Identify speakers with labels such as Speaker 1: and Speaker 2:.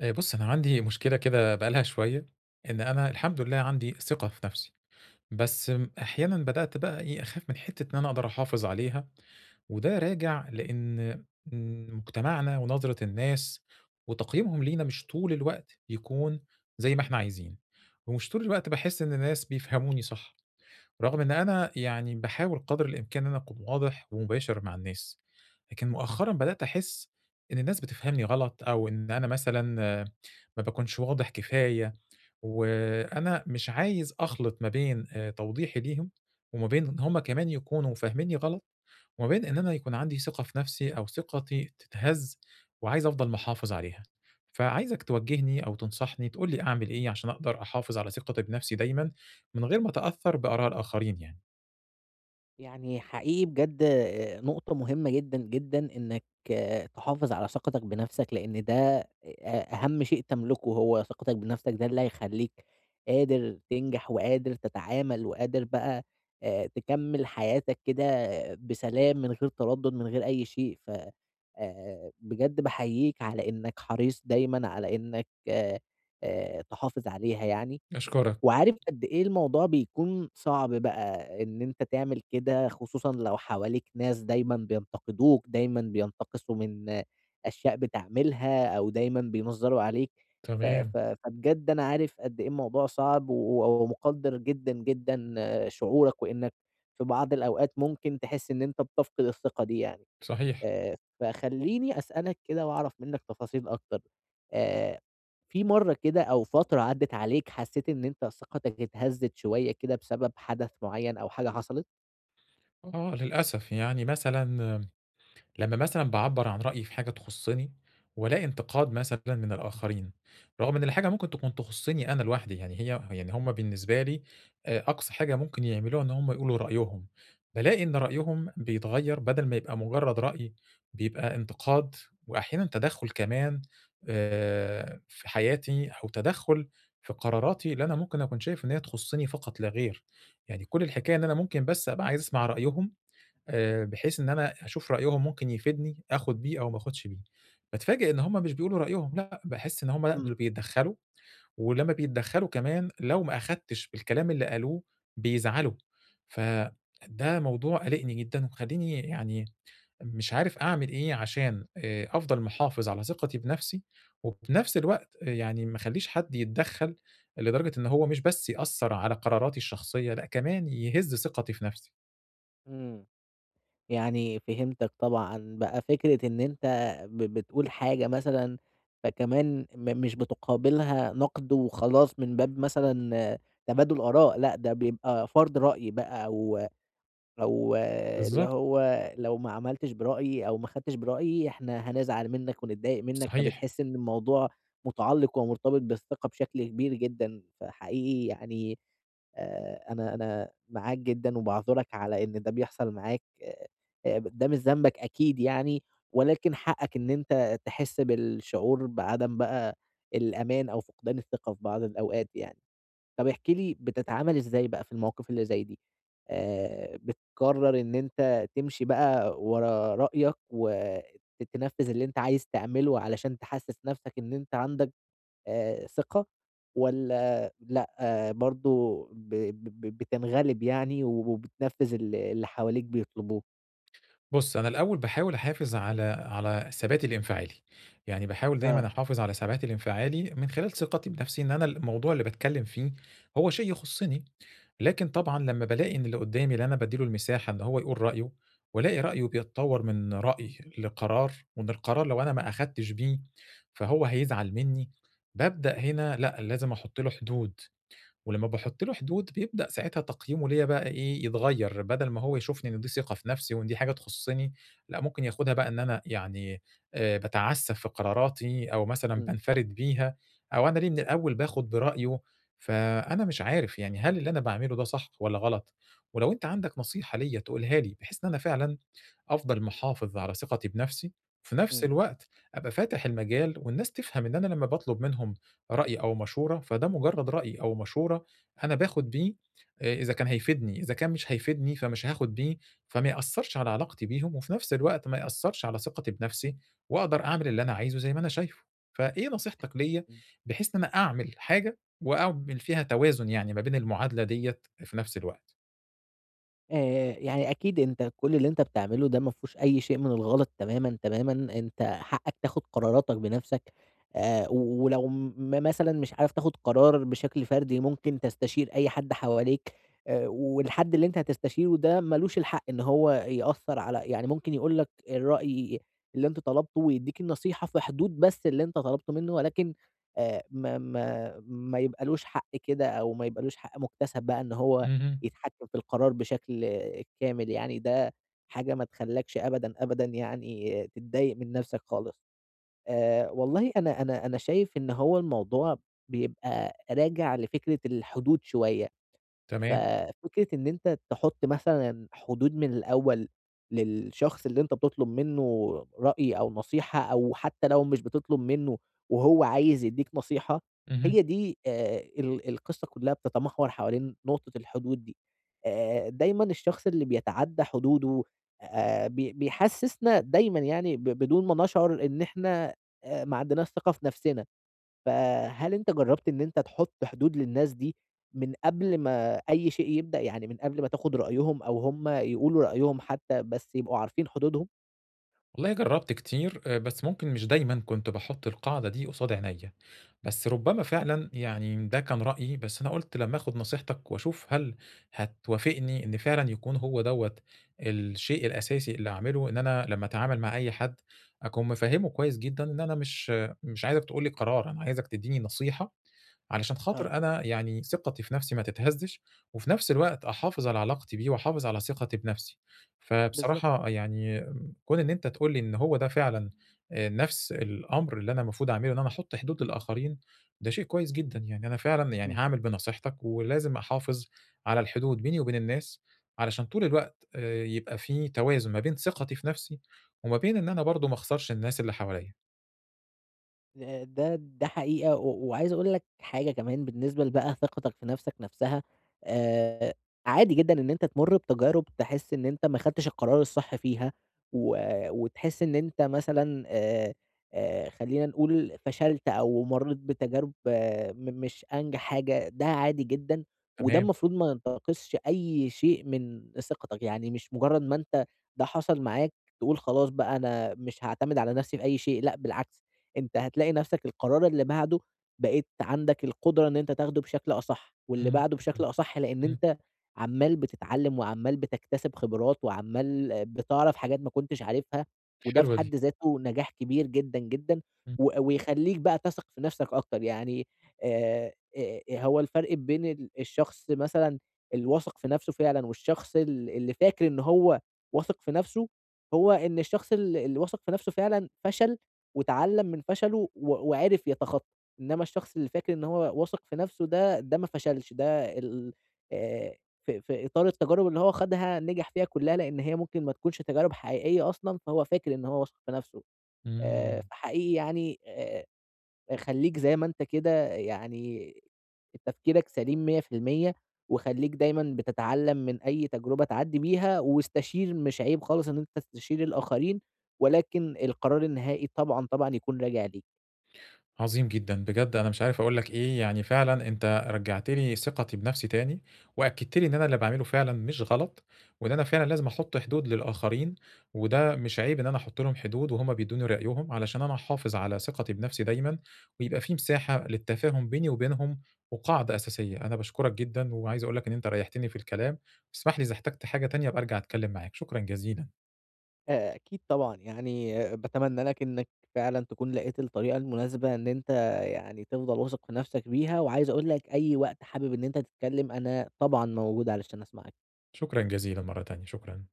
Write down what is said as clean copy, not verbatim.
Speaker 1: بُص، أنا عندي مشكلة كده بقى لها شوية، إن أنا الحمد لله عندي ثقة في نفسي، بس أحيانًا بدأت بقى أخاف من حتّة إن أنا أقدر أحافظ عليها، وده راجع لإن مجتمعنا ونظرة الناس وتقييمهم لينا مش طول الوقت بيكون زي ما إحنا عايزين، ومش طول الوقت باحس إن الناس بيفهموني صح، رغم إن أنا يعني باحاول قدر الإمكان إن أنا أكون واضح ومباشر مع الناس، لكن مؤخرًا بدأت أحس إن الناس بتفهمني غلط أو إن أنا مثلًا ما باكونش واضح كفاية، وأنا مش عايز أخلط ما بين توضيحي ليهم، وما بين إن هُم كمان يكونوا فاهمينّي غلط، وما بين إن أنا يكون عندي ثقة في نفسي أو ثقتي تتهز وعايز أفضل محافظ عليها. فعايزك توجّهني أو تنصحني، تقول لي أعمل إيه عشان أقدر أحافظ على ثقتي بنفسي دايمًا، من غير ما أتأثّر بآراء الآخرين يعني؟
Speaker 2: يعني حقيقي بجد نقطة مهمة جدًا، جدًا إنك تحافظ على ثقتك بنفسك، لإن ده أهم شيء تملكه هو ثقتك بنفسك، ده اللي هيخلّيك قادر تنجح وقادر تتعامل وقادر بقى تكمّل حياتك كده بسلام من غير تردد، من غير أي شيء. ف بجد باحييك على إنك حريص دايمًا على إنك تحافظ عليها يعني.
Speaker 1: أشكرك،
Speaker 2: وعارف قد إيه الموضوع بيكون صعب بقى إن أنت تعمل كده، خصوصًا لو حواليك ناس دايمًا بينتقدوك، دايمًا بينتقصوا من أشياء بتعملها أو دايمًا بينظّروا عليك، ف
Speaker 1: تمام،
Speaker 2: ف فبجد أنا عارف قد إيه الموضوع صعب ومقدّر جدًا، جدًا، شعورك وإنك في بعض الأوقات ممكن تحس إن أنت بتفقد الثقة دي يعني.
Speaker 1: صحيح.
Speaker 2: فخلّيني أسألك كده وأعرف منّك تفاصيل أكتر، آآ، في مرّة كده أو فترة عدّت عليك حسّيت إن أنت ثقتك اتهزّت شوية كده بسبب حدث معيّن أو حاجة حصلت؟
Speaker 1: آه، للأسف. يعني مثلًا لمّا مثلًا باعبّر عن رأيي في حاجة تخصّني، والاقي انتقاد مثلًا من الآخرين، رغم إن الحاجة ممكن تكون تخصّني أنا لوحدي، يعني هي يعني هم بالنسبة لي أقصى حاجة ممكن يعملوها إن هم يقولوا رأيهم، بالاقي إن رأيهم بيتغيّر بدل ما يبقى مجرّد رأي، بيبقى انتقاد وأحيانًا تدخُّل كمان في حياتي أو تدخُّل في قراراتي اللي أنا ممكن أكون شايف إن هي تخصّني فقط لا غير، يعني كل الحكاية إن أنا ممكن بس أبقى عايز أسمع رأيهم بحيث إن أنا أشوف رأيهم ممكن يفيدني آخُد بيه أو ما آخُدش بيه. باتفاجئ إن هُم مش بيقولوا رأيهم، لأ، باحس إن هُم لأ، دول
Speaker 2: إمم،
Speaker 1: بيتدخّلوا، ولمّا بيتدخّلوا كمان لو ما أخدتش بالكلام اللي قالوه بيزعلوا. فده موضوع قالقني جدًا ومخلّيني يعني مش عارف أعمل إيه عشان أفضل محافظ على ثقتي بنَفْسي وفي نَفْس الوقت آه، يعني ما أخلّيش حد يتدخّل لدرجة إن هو مش بس يأثّر على قراراتي الشخصية، لأ كمان يهِز ثقتي في نَفْسي.
Speaker 2: إمم. يعني فهمتك طبعًا، بقى فكرة إن أنت بتقول حاجة مثلًا فكمان مش بتقابلها نقد وخلاص من باب مثلًا تبادل آراء، لأ ده بيبقى فرض رأي بقى و أو اللي
Speaker 1: بالضبط،
Speaker 2: هو لو ما عملتش برأيي أو ما خدتش برأيي إحنا هنزعل منّك ونتضايق منّك،
Speaker 1: صحيح.
Speaker 2: فبتحس إن الموضوع متعلّق ومرتبط بالثقة بشكل كبير جدًا، فحقيقي يعني أنا معاك جدًا وباعذرك على إن ده بيحصل معاك ده مش ذنبك أكيد يعني، ولكن حقّك إن أنت تحس بالشعور بعدم بقى الأمان أو فقدان الثقة في بعض الأوقات يعني. طب احكِ لي بتتعامل إزاي بقى في المواقف اللي زي دي؟ بتقرّر إن أنت تمشي بقى ورا رأيك وتنفّذ اللي أنت عايز تعمله علشان تحسّس نَفْسك إن أنت عندك ثقة والّا لأ، برضه ب بتنغلب يعني وبتنفّذ اللي حواليك بيطلبوه؟
Speaker 1: بُص، أنا الأول باحاول أحافظ على ثباتي الانفعالي، يعني باحاول دايمًا
Speaker 2: آه.
Speaker 1: أحافظ على ثباتي الانفعالي من خلال ثقتي بنفسي إن أنا الموضوع اللي باتكلم فيه هو شيء يخصني، لكن طبعًا لمّا بالاقي إن اللي قدامي اللي أنا بادّي له المساحة إن هو يقول رأيه، والاقي رأيه بيتطور من رأي لقرار، وإن القرار لو أنا ما أخدتش بيه فهو هيزعل مني، بابدأ هنا لأ، لازم أحط له حدود. ولمّا باحُط له حدود بيبدأ ساعتها تقييمه ليّا بقى إيه، يتغيّر، بدل ما هو يشوفني إن دي ثقة في نَفْسي وإن دي حاجة تخُصّني، لأ ممكن ياخدها بقى إن أنا يعني باتعسّف في قراراتي أو مثلًا
Speaker 2: إمم،
Speaker 1: بانفَرِد بيها أو أنا ليه من الأول باخُد برأيه، فأنا مش عارف يعني هل اللي أنا باعمله ده صح والّا غلط؟ ولو أنت عندك نصيحة ليّا تقولها لي بحيث إن أنا فعلًا أفضل محافظ على ثقتي بنَفْسي، وفي نَفْس
Speaker 2: إمم.
Speaker 1: الوقت أبقى فاتح المجال والناس تفهم إن أنا لمّا باطلب منهم رأي أو مشورة، فده مجرد رأي أو مشورة أنا باخد بيه إذا كان هيفيدني، إذا كان مش هيفيدني فمش هاخد بيه، فما يأثّرش على علاقتي بيهم، وفي نفس الوقت ما يأثّرش على ثقتي بنفسي، وأقدر أعمل اللي أنا عايزه زي ما أنا شايفه. فإيه نصيحتك ليّا بحيث إن أنا أعمل حاجة وأعمل فيها توازن يعني ما بين المعادلة ديّة في نفس الوقت؟
Speaker 2: يعني أكيد أنت كل اللي أنت بتعمله ده ما فيهوش أي شيء من الغلط تمامًا، تمامًا، أنت حقك تاخد قراراتك بنفسك ولو مثلًا مش عارف تاخد قرار بشكل فردي ممكن تستشير أي حد حواليك والحد اللي أنت هتستشيره ده ما لوش الحق إن هو يأثّر على يعني ممكن يقول لك الرأي اللي أنت طلبته ويدّيك النصيحة في حدود بس اللي أنت طلبته منه، ولكن ما يبقالوش حق كده أو ما يبقالوش حق مكتسب بقى إن هو
Speaker 1: اهم،
Speaker 2: يتحكم في القرار بشكل كامل يعني، ده حاجة ما تخلّاكش أبدًا، أبدًا يعني تتضايق من نَفْسك خالص. والله أنا شايف إن هو الموضوع بيبقى راجع لفكرة الحدود شوية.
Speaker 1: تمام.
Speaker 2: ففكرة إن أنت تحُط مثلًا حدود من الأول للشخص اللي أنت بتطلب منّه رأي أو نصيحة أو حتّى لو مش بتطلب منّه وهو عايز يدّيك نصيحة،
Speaker 1: اهم.
Speaker 2: هي دي ال القصّة كُلّها بتتمحور حوالين نقطة الحدود دي. دايمًا الشخص اللي بيتعدّى حدوده بي بيحسّسنا دايمًا يعني بدون ما نشعر إن إحنا ما عندناش ثقة في نَفْسنا. فهل أنت جرّبت إن أنت تحُط حدود للناس دي من قبل ما أي شيء يبدأ، يعني من قبل ما تاخد رأيهم أو هم يقولوا رأيهم حتى، بس يبقوا عارفين حدودهم؟
Speaker 1: والله جربت كتير آه، بس ممكن مش دايما كنت بحط القاعدة دي قصاد عينيا بس ربما فعلا يعني ده كان رأيي بس أنا قلت لما أخد نصيحتك وأشوف هل هتوافقني إن فعلا يكون هو دوت الشيء الأساسي اللي أعمله إن أنا لما أتعامل مع أي حد أكون مفهمه كويس جدا إن أنا مش عايزك تقولي قرار أنا عايزك تديني نصيحة علشان خاطر
Speaker 2: آه،
Speaker 1: أنا يعني ثقتي في نفسي ما تتهزش وفي نفس الوقت أحافظ على علاقتي بيه وأحافظ على ثقتي بنفسي
Speaker 2: بالضبط.
Speaker 1: فبصراحة يعني كون إن أنت تقول لي إن هو ده فعلًا نفس الأمر اللي أنا المفروض أعمله، إن أنا أحُط حدود للآخرين، ده شيء كويس جدًا، يعني أنا فعلًا يعني
Speaker 2: إمم.
Speaker 1: هاعمل بنصيحتك، ولازم أحافظ على الحدود بيني وبين الناس، علشان طول الوقت يبقى في توازن ما بين ثقتي في نفسي، وما بين إن أنا برضه ما أخسرش الناس اللي حواليّا.
Speaker 2: ده حقيقة وعايز أقول لك حاجة كمان بالنسبة بقى ثقتك في نفسك نفسها، آآ عادي جدًا إن أنت تمُر بتجارب تحس إن أنت ما خدتش القرار الصح فيها، و وتحس إن أنت مثلًا خلّينا نقول فشلت أو مرّيت بتجارب آه م مش أنجح حاجة، ده عادي جدًا، وده
Speaker 1: تمام،
Speaker 2: المفروض ما ينتقصش أي شيء من ثقتك، يعني مش مجرد ما أنت ده حصل معاك تقول خلاص بقى أنا مش هاعتمد على نفسي في أي شيء، لأ بالعكس. أنت هتلاقي نفسك القرار اللي بعده بقيت عندك القدرة إن أنت تاخده بشكل أصح، واللي
Speaker 1: إمم،
Speaker 2: بعده
Speaker 1: إمم،
Speaker 2: بشكل أصح، لإن
Speaker 1: إمم،
Speaker 2: أنت عمّال بتتعلم وعمّال بتكتسب خبرات وعمّال بتعرف حاجات ما كنتش عارفها، وده في
Speaker 1: حلوة دي،
Speaker 2: حد ذاته نجاح كبير جدًا، جدًا،
Speaker 1: إمم،
Speaker 2: ويخلّيك بقى تثق في نفسك أكتر، يعني آآ، هو الفرق بين الشخص مثلًا الواثق في نفسه فعلًا والشخص اللي فاكر إن هو واثق في نفسه، هو إن الشخص اللي واثق في نفسه فعلًا فشل واتعلم من فشله وعرف يتخطى، إنما الشخص اللي فاكر إن هو واثق في نفسه ده، ده ما فشلش، ده ال آآ في إطار التجارب اللي هو خاضها نجح فيها كلها، لإن هي ممكن ما تكونش تجارب حقيقية أصلًا، فهو فاكر إن هو واثق في نفسه،
Speaker 1: إمم.
Speaker 2: فحقيقي يعني خلّيك زي ما أنت كده يعني تفكيرك سليم 100% وخلّيك دايمًا بتتعلّم من أي تجربة تعدّي بيها واستشير، مش عيب خالص إن أنت تستشير الآخرين، ولكن القرار النهائي طبعًا، طبعًا يكون راجع ليك.
Speaker 1: عظيم جدًا، بجد أنا مش عارف أقول لك إيه، يعني فعلًا أنت رجّعت لي ثقتي بنفسي تاني، وأكدت لي إن أنا اللي باعمله فعلًا مش غلط، وإن أنا فعلًا لازم أحط حدود للآخرين، وده مش عيب إن أنا أحط لهم حدود وهُم بيدوني رأيهم، علشان أنا أحافظ على ثقتي بنفسي دايمًا، ويبقى في مساحة للتفاهم بيني وبينهم، وقاعدة أساسية. أنا باشكرك جدًا، وعايز أقول لك إن أنت ريّحتني في الكلام، واسمح لي إذا احتجت حاجة تانية أبقى أرجع أتكلم معاك. شكرًا جزيلًا،
Speaker 2: أكيد طبعًا، يعني باتمنى لك إنّك فعلًا تكون لقيت الطريقة المناسبة إن أنت يعني تفضل واثق في نَفْسك بيها، وعايز أقول لك أي وقت حابب إن أنت تتكلّم أنا طبعًا موجود علشان أسمعك.
Speaker 1: شكرًا جزيلًا مرة تانية، شكرًا.